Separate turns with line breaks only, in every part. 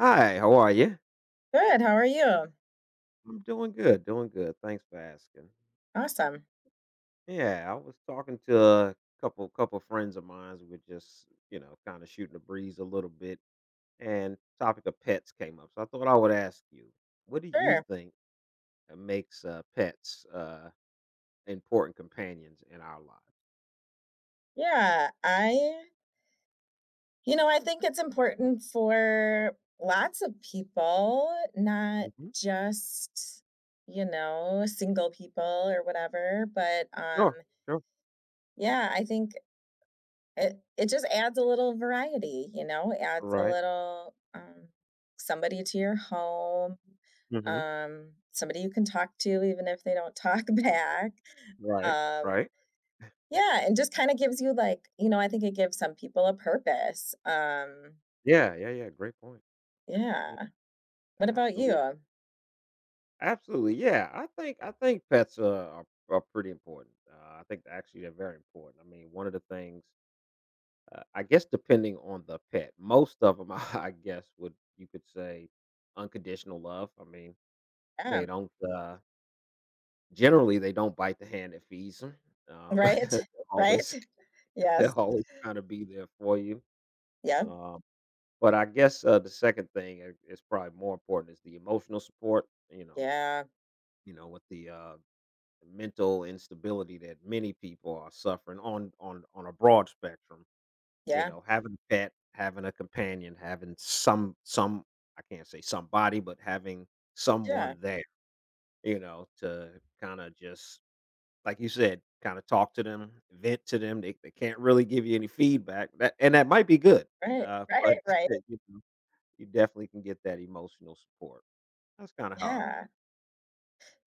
Hi, how are you?
Good, how are you?
I'm doing good, doing good. Thanks for asking.
Awesome.
Yeah, I was talking to a couple friends of mine. We were just, kind of shooting the breeze a little bit, and topic of pets came up. So I thought I would ask you, what do you
Sure.
think makes pets important companions in our lives?
Yeah, I think it's important for lots of people, not
Hmm.
just, single people or whatever, but,
Sure, sure.
yeah, I think it just adds a little variety, you know? It adds a
Right.
little, somebody to your home,
Hmm.
somebody you can talk to even if they don't talk back,
Right.
um
Right.
Yeah, and just kinda gives you, like I think it gives some people a purpose,
Yeah. Yeah. Yeah. Great point. Yeah.
yeah. What about
Absolutely.
you?
Absolutely, yeah. I think pets are pretty important. I think they're very important. I mean, one of the things I guess depending on the pet, most of them I guess would you could say unconditional love. I mean,
Yeah,
they don't generally they don't bite the hand that feeds them. Um,
right?
they're
Right?
always they're
Yes.
always kind of be there for you.
Yep.
Um, but I guess the second thing is probably more important is the emotional support. You know,
Yeah.
with the the mental instability that many people are suffering on a broad spectrum. You
Yeah.
know, having a pet, having a companion, having some I can't say somebody, but having
Yeah.
someone there, to kind of just like you said, kind of talk to them, vent to them. They can't really give you any feedback, that, and that might be good,
Right.
but
Right, right.
you, know, you definitely can get that emotional support. That's kind of how I feel.
Yeah.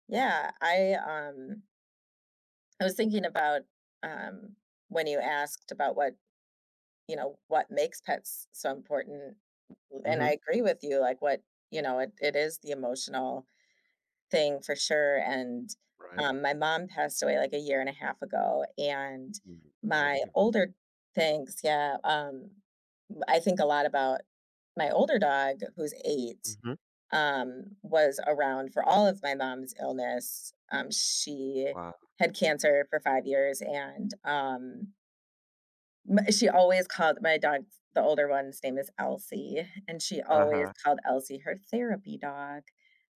Yeah, I was thinking about, um, when you asked about what makes pets so important, and I
Hmm.
agree with you, like, it is the emotional thing for sure, and,
Right.
my mom passed away, like, a year and a half ago. And
Mhm. Sorry to
my
hear.
older Thanks, yeah, I think a lot about my older dog, who's 8,
Hmm.
was around for all of my mom's illness. She
Wow.
had cancer for 5 years, and, m she always called my dog, the older one's name is Elsie, and she
Uh
always
huh.
called Elsie her therapy dog.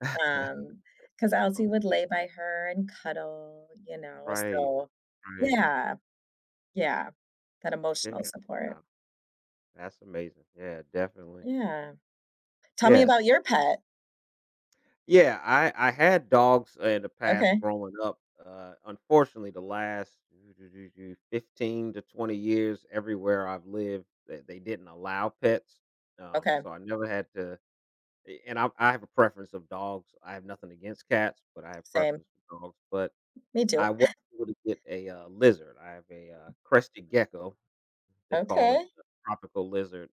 Um, because Elsie would
Okay.
lay by her and cuddle, you know,
Right,
so.
right.
Yeah, yeah, that
Yeah,
emotional support.
wow. That's amazing. Yeah, definitely.
Yeah. Tell me
Yes.
about your pet.
Yeah, I had dogs in the past
Okay,
growing up. Unfortunately, the last 15 to 20 years, everywhere I've lived, they didn't allow pets. Um,
okay,
so I never had to. And I have a preference of dogs. I have nothing against cats, but I have
same.
preference for dogs. But
Me too.
I was able to get a lizard. I have a crested gecko. They call it
Okay,
the tropical lizard.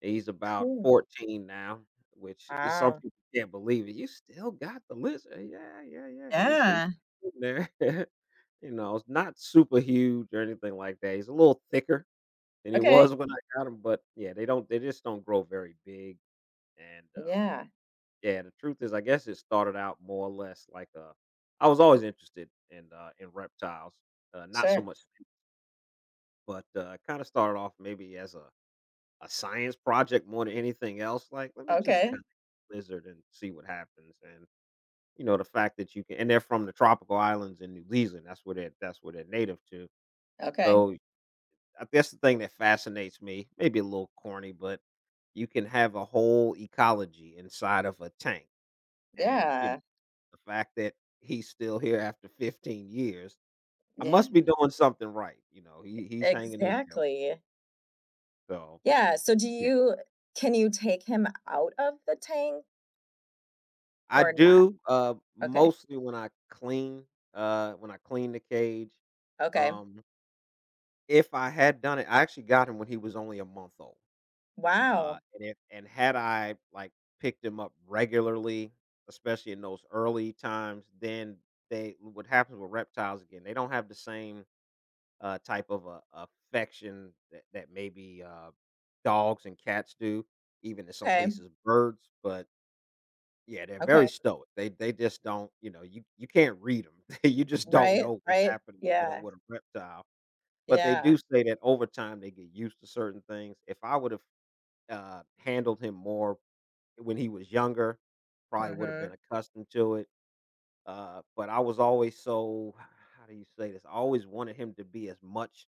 He's about
cool.
14 now, which is some
Wow.
people can't believe it. You still got the lizard. Yeah, yeah, yeah. He's
Yeah.
in there. You know, it's not super huge or anything like that. He's a little thicker than he
Okay.
was when I got him, but yeah, they just don't grow very big. And
Yeah,
yeah, the truth is I guess it started out more or less like a I was always interested in in reptiles. Not so
sure.
much, but kind of started off maybe as a science project more than anything else, like, let me just
Okay,
kinda lizard and see what happens, and, you know, the fact that you can and they're from the tropical islands in New Zealand, that's where they're native to,
okay.
so, I guess the thing that fascinates me, maybe a little corny, but you can have a whole ecology inside of a tank, and, you know,
Yeah,
the fact that he's still here after 15 years, I
yeah,
must be doing something right, you know, he's hanging in there,
exactly.
so,
Yeah, so do
yeah.
you can you take him out of the tank
I
or not?
do,
Okay,
mostly when I clean the cage.
okay.
Um, if I had done it I actually got him when he was only a month old,
Wow.
and if and had I, like, picked him up regularly, especially in those early times, then they what happens with reptiles again, they don't have the same, type of a affection that maybe, dogs and cats do, even in some
Okay.
cases, birds, but yeah, they're very
Okay.
stoic. They just don't, you know, you can't read them. You just don't
Right,
know what's
right.
happening with a
Yeah,
with a reptile. But they
yeah,
do say that over time, they get used to certain things. If I would've, handled him more when he was younger, probably would've been
mhm.
accustomed to it, but I was always so how do you say this? I always wanted him to be as much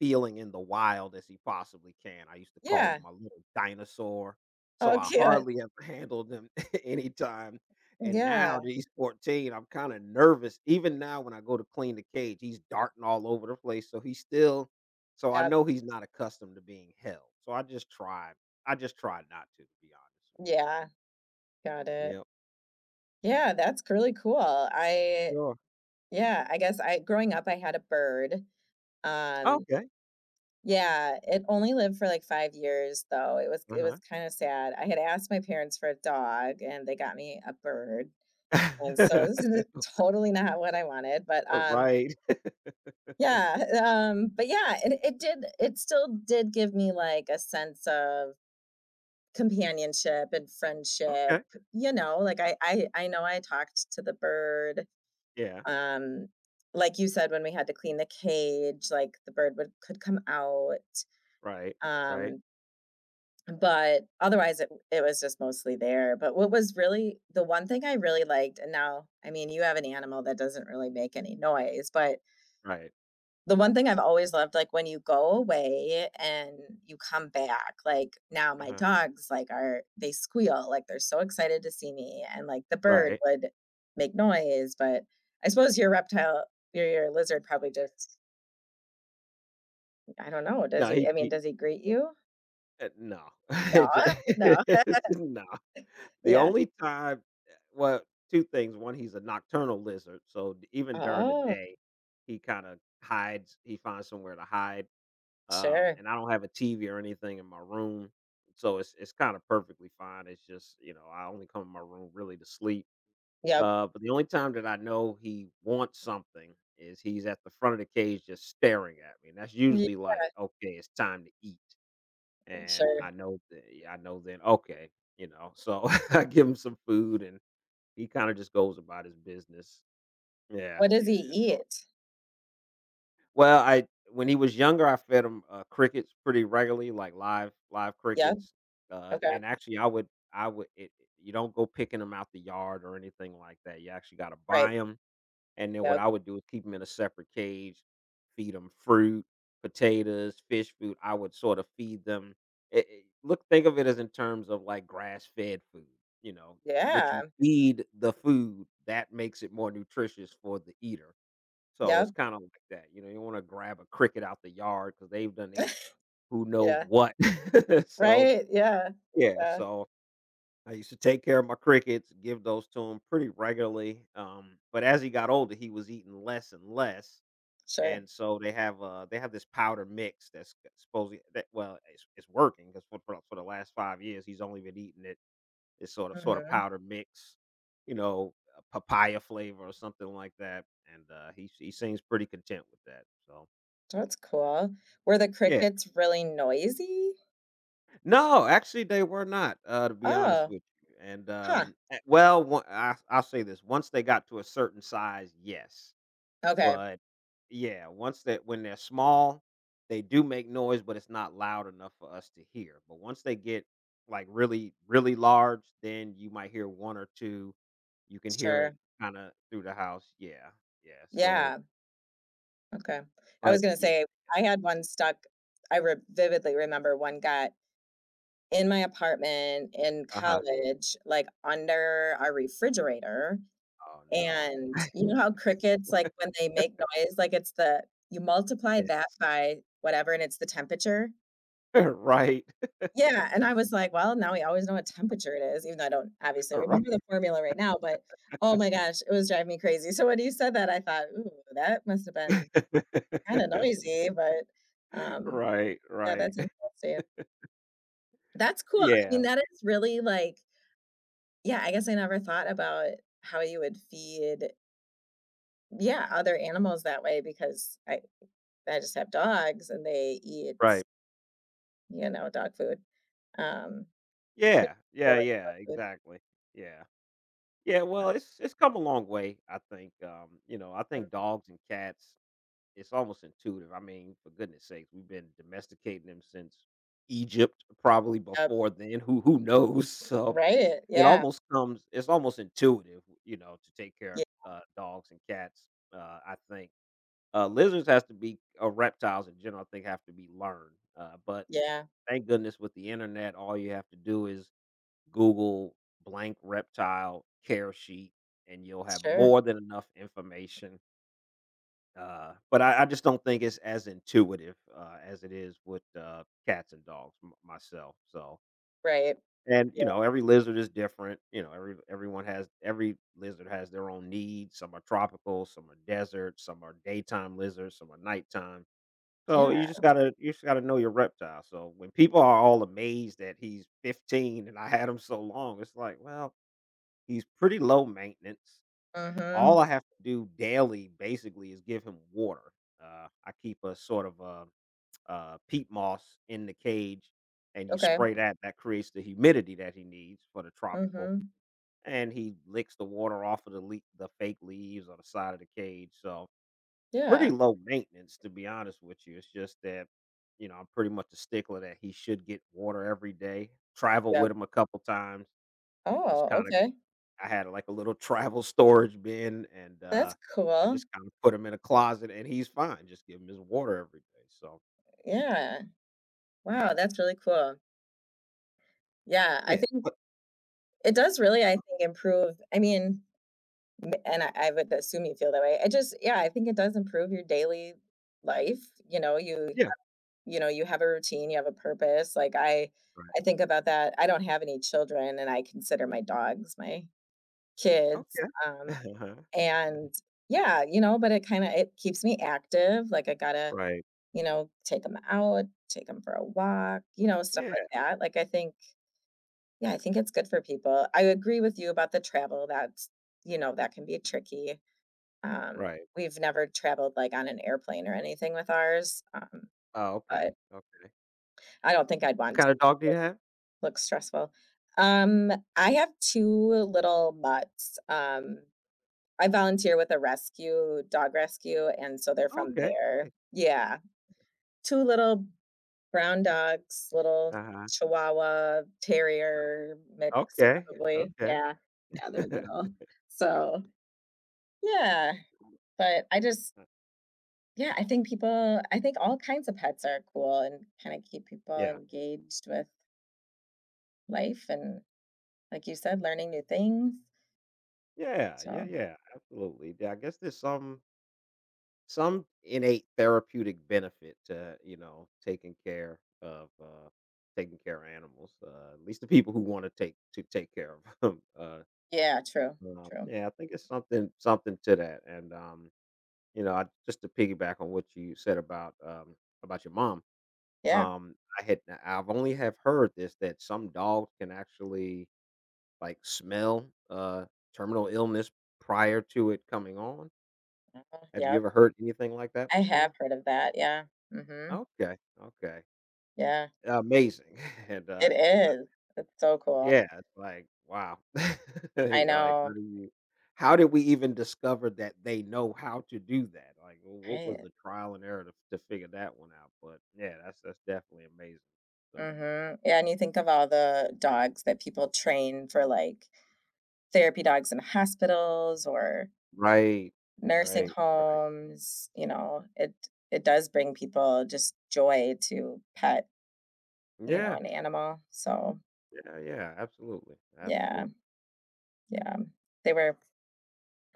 feeling in the wild as he possibly can. I used to call
Yeah.
him my little dinosaur, so
Oh,
I
cute.
hardly ever handled him anytime. And
Yeah.
now that he's 14, I'm kind of nervous. Even now, when I go to clean the cage, he's darting all over the place. So he's still, so I
Yep.
know he's not accustomed to being held. So I just try not to, to be honest
Yeah, got
with you.
it.
Yeah.
Yeah, that's really cool. I
Sure.
Yeah, I guess I growing up, I had a bird. Um,
Okay.
yeah, it only lived for, like, 5 years, though. It was
Uh
kinda sad. I had asked my parents for a dog, and they got me a bird, and so
huh.
this is totally not what I wanted, but, um
Right.
Yeah, but yeah, it did it still did give me, like, a sense of companionship and friendship,
Okay.
you know, like, I know I talked to the bird,
Yeah.
um, like you said, when we had to clean the cage, like, the bird would could come out,
Right. Right.
um, but otherwise, it was just mostly there, but what was really the one thing I really liked and now I mean, you have an animal that doesn't really make any noise, but
Right.
the one thing I've always loved, like when you go away and you come back, like now
Uh
my
huh.
dogs like are they squeal, like they're so excited to see me. And like the bird
Right.
would make noise, but I suppose your lizard probably just I don't know, does
No,
he I mean,
he
does he greet you?
no.
No,
It ju
no.
it's just no. The
Yeah.
only time well, 2 things. 1, he's a nocturnal lizard, so d even during the
Oh,
day, he finds somewhere to hide,
sure.
and I don't have a TV or anything in my room, so it's kinda perfectly fine. It's just, I only come in my room really to sleep,
Yep.
but the only time that I know he wants something is he's at the front of the cage just staring at me, and that's
Ye
usually like, "Okay, it's time to eat." And I
sure.
know that yeah, I know then, okay, so I give him some food and he kinda just goes about his business. Yeah,
What does
yeah,
he
yeah. so
eat?
well, I When he was younger, I fed him, crickets pretty regularly, like live
Yep.
crickets,
Okay.
and actually I would it you don't go picking them out the yard or anything like that. You actually gotta buy
Right.
buy them. And then what
Yep.
I would do is keep them in a separate cage, feed them fruit, potatoes, fish food. I would sort of feed them it it look think of it as in terms of, like, grass-fed food, you know, what
Yeah.
you feed the food, that makes it more nutritious for the eater. So it's
Yep.
kinda like that, you know, you wanna grab a cricket out the yard because 'cause they've done ate who knows
Yeah.
what. So,
Right. Yeah.
yeah,
Yeah.
so I used to take care of my crickets, give those to him pretty regularly. But as he got older, he was eating less and less,
Sure.
and so they have this powder mix that's supposedly that well it's working because for the last 5 years he's only been eating it this sort of
Mhm.
powder mix, you know, a papaya flavor or something like that, and he seems pretty content with that. So
That's cool. Were the
yeah,
crickets really noisy?
no, actually, they were not, to be honest
Oh,
with you, and,
huh.
well, one I'll say this, once they got to a certain size, yes,
Okay.
but yeah, once that when they're small, they do make noise, but it's not loud enough for us to hear, but once they get, like, really, really large, then you might hear 1 or 2, you can hear it
Sure.
kinda through the house, yeah, yeah, so
Yeah. Okay. I was
but
gonna
yeah,
say I had one stuck. I re vividly remember one got in my apartment in
uh-huh,
college, like under our refrigerator.
oh no,
And you know how crickets, like when they make noise, like it's the you multiply that by whatever and it's the temperature.
yeah, right,
Yeah, and I was like, "Well, now we always know what temperature it is," even though I don't obviously
right.
remember the formula right now, but oh my gosh, it was driving me crazy. So when you said that, I thought, "Ooh, that must have been kinda noisy," but, um,
Right,
yeah,
right.
that's interesting. That's cool. I
Yeah,
mean, that is really, like yeah, I guess I never thought about how you would feed yeah, other animals that way because I just have dogs and they eat,
right.
dog food, um, pretty
Yeah, yeah,
boring
yeah,
dog food.
exactly. Yeah. Yeah, well, it's come a long way, I think, I think
Mm,
dogs and cats, it's almost intuitive. I mean, for goodness sakes, we've been domesticating them since Egypt, probably
yep,
before then, who knows? So,
right, yeah.
it's almost intuitive, you know, to take care of,
Yeah.
dogs and cats, I think. Lizards has to be or reptiles in general, I think have to be learned, but
Yeah,
thank goodness with the internet, all you have to do is Google blank reptile care sheet, and you'll have
sure,
more than enough information. But I just don't think it's as intuitive as it is with cats and dogs myself. So,
right.
and you
Yeah,
know, every lizard is different. You know, every lizard has their own needs. Some are tropical, some are desert, some are daytime lizards, some are nighttime. So
yeah,
you just gotta know your reptile. So when people are all amazed that he's 15 and I had him so long, it's like, well, he's pretty low maintenance. All
mhm,
I have to do daily basically is give him water. I keep a sort of peat moss in the cage, and you
okay,
spray that. That creates the humidity that he needs for the tropical,
mhm,
and he licks the water off of the the fake leaves on the side of the cage. So pretty
yeah,
low maintenance, to be honest with you. It's just that, you know, I'm pretty much a stickler that he should get water every day. Traveled with
yep.
him a couple times. Just
Oh,
kind of,
okay,
I had like a little travel storage bin, and
that's
I
cool,
just kind of put him in a closet, and he's fine. Just give him his water every day. So
yeah. Wow, that's really cool. Yeah, I
yeah,
think
but
it does really, I think, improve I mean, m and I would assume you feel that way. I just, yeah, I think it does improve your daily life, you know,
yeah,
you have a routine, you have a purpose, like, I
right,
think about that I don't have any children, and I consider my dogs my kids,
okay,
um
uh-huh.
And yeah, you know, but it keeps me active, like, I gotta,
Right,
you know, take them out, take them for a walk, you know, stuff
yeah,
like that. Like, I think it's good for people. I agree with you about the travel, that can be tricky. Um,
right.
we've never traveled, like, on an airplane or anything with ours,
Oh, okay,
but
okay.
I don't think I'd
What
want
kind
to.
of dog do you have?
Looks stressful. I have two little mutts, I volunteer with a rescue dog rescue, and so they're from
Okay,
there.
nice.
Yeah. two little brown dogs, little
Uh huh.
Chihuahua, terrier mix,
Okay,
probably.
okay.
Yeah. Yeah, they're little. So, yeah, but I just, yeah, I think all kinds of pets are cool and kinda keep people
Yeah.
engaged with life and, like you said, learning new things.
Yeah, yeah,
So
yeah, absolutely. Yeah, I guess there's some innate therapeutic benefit to, you know, taking care of animals. At least the people who want to take care of them.
yeah, true, true.
Yeah, I think it's something to that. And I just to piggyback on what you said about your mom.
Yeah.
I've only have heard this that some dogs can actually like smell terminal illness prior to it coming on. Have you
Yeah.
ever heard anything like that
I
before?
have heard of that, yeah. Mhm.
Okay, okay.
Yeah,
Amazing, and,
it
I
is. It's so cool.
yeah, it's like, wow.
I
You're like, how
know,
do you how did we even discover that they know how to do that? Like, w what was
right?
the trial and error to figure that one out? But, yeah, that's definitely amazing, so
Mhm. Yeah, and you think of all the dogs that people train for, like, therapy dogs in hospitals or
right,
nursing
right, right.
homes, you know, it does bring people just joy to pet,
Yeah,
an animal, so,
yeah, yeah, absolutely,
yeah,
absolutely.
yeah. They were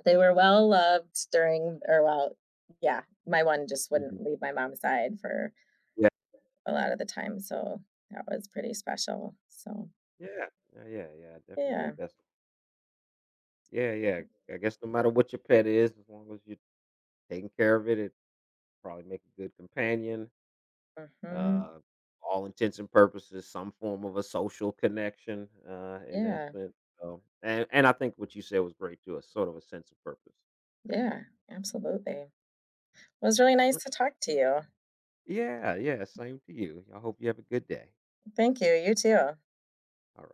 they were well loved during, or well, yeah, my one just
Mhm.
wouldn't leave my mom's side for
Yeah,
a lot of the time, so that was pretty special. So,
yeah, yeah, yeah, yeah, I definitely
yeah.
think that's yeah, yeah, I guess no matter what your pet is, as long as you taking care of it, it probably make a good companion.
Mhm.
Uh, all intents and purposes, some form of a social connection in that
Yeah.
sense. So, and I think what you said was great too. A sort of a sense of purpose.
Yeah, absolutely. It was really nice to talk to you.
Yeah, yeah. Same to you. I hope you have a good day.
Thank you, you too.
All right.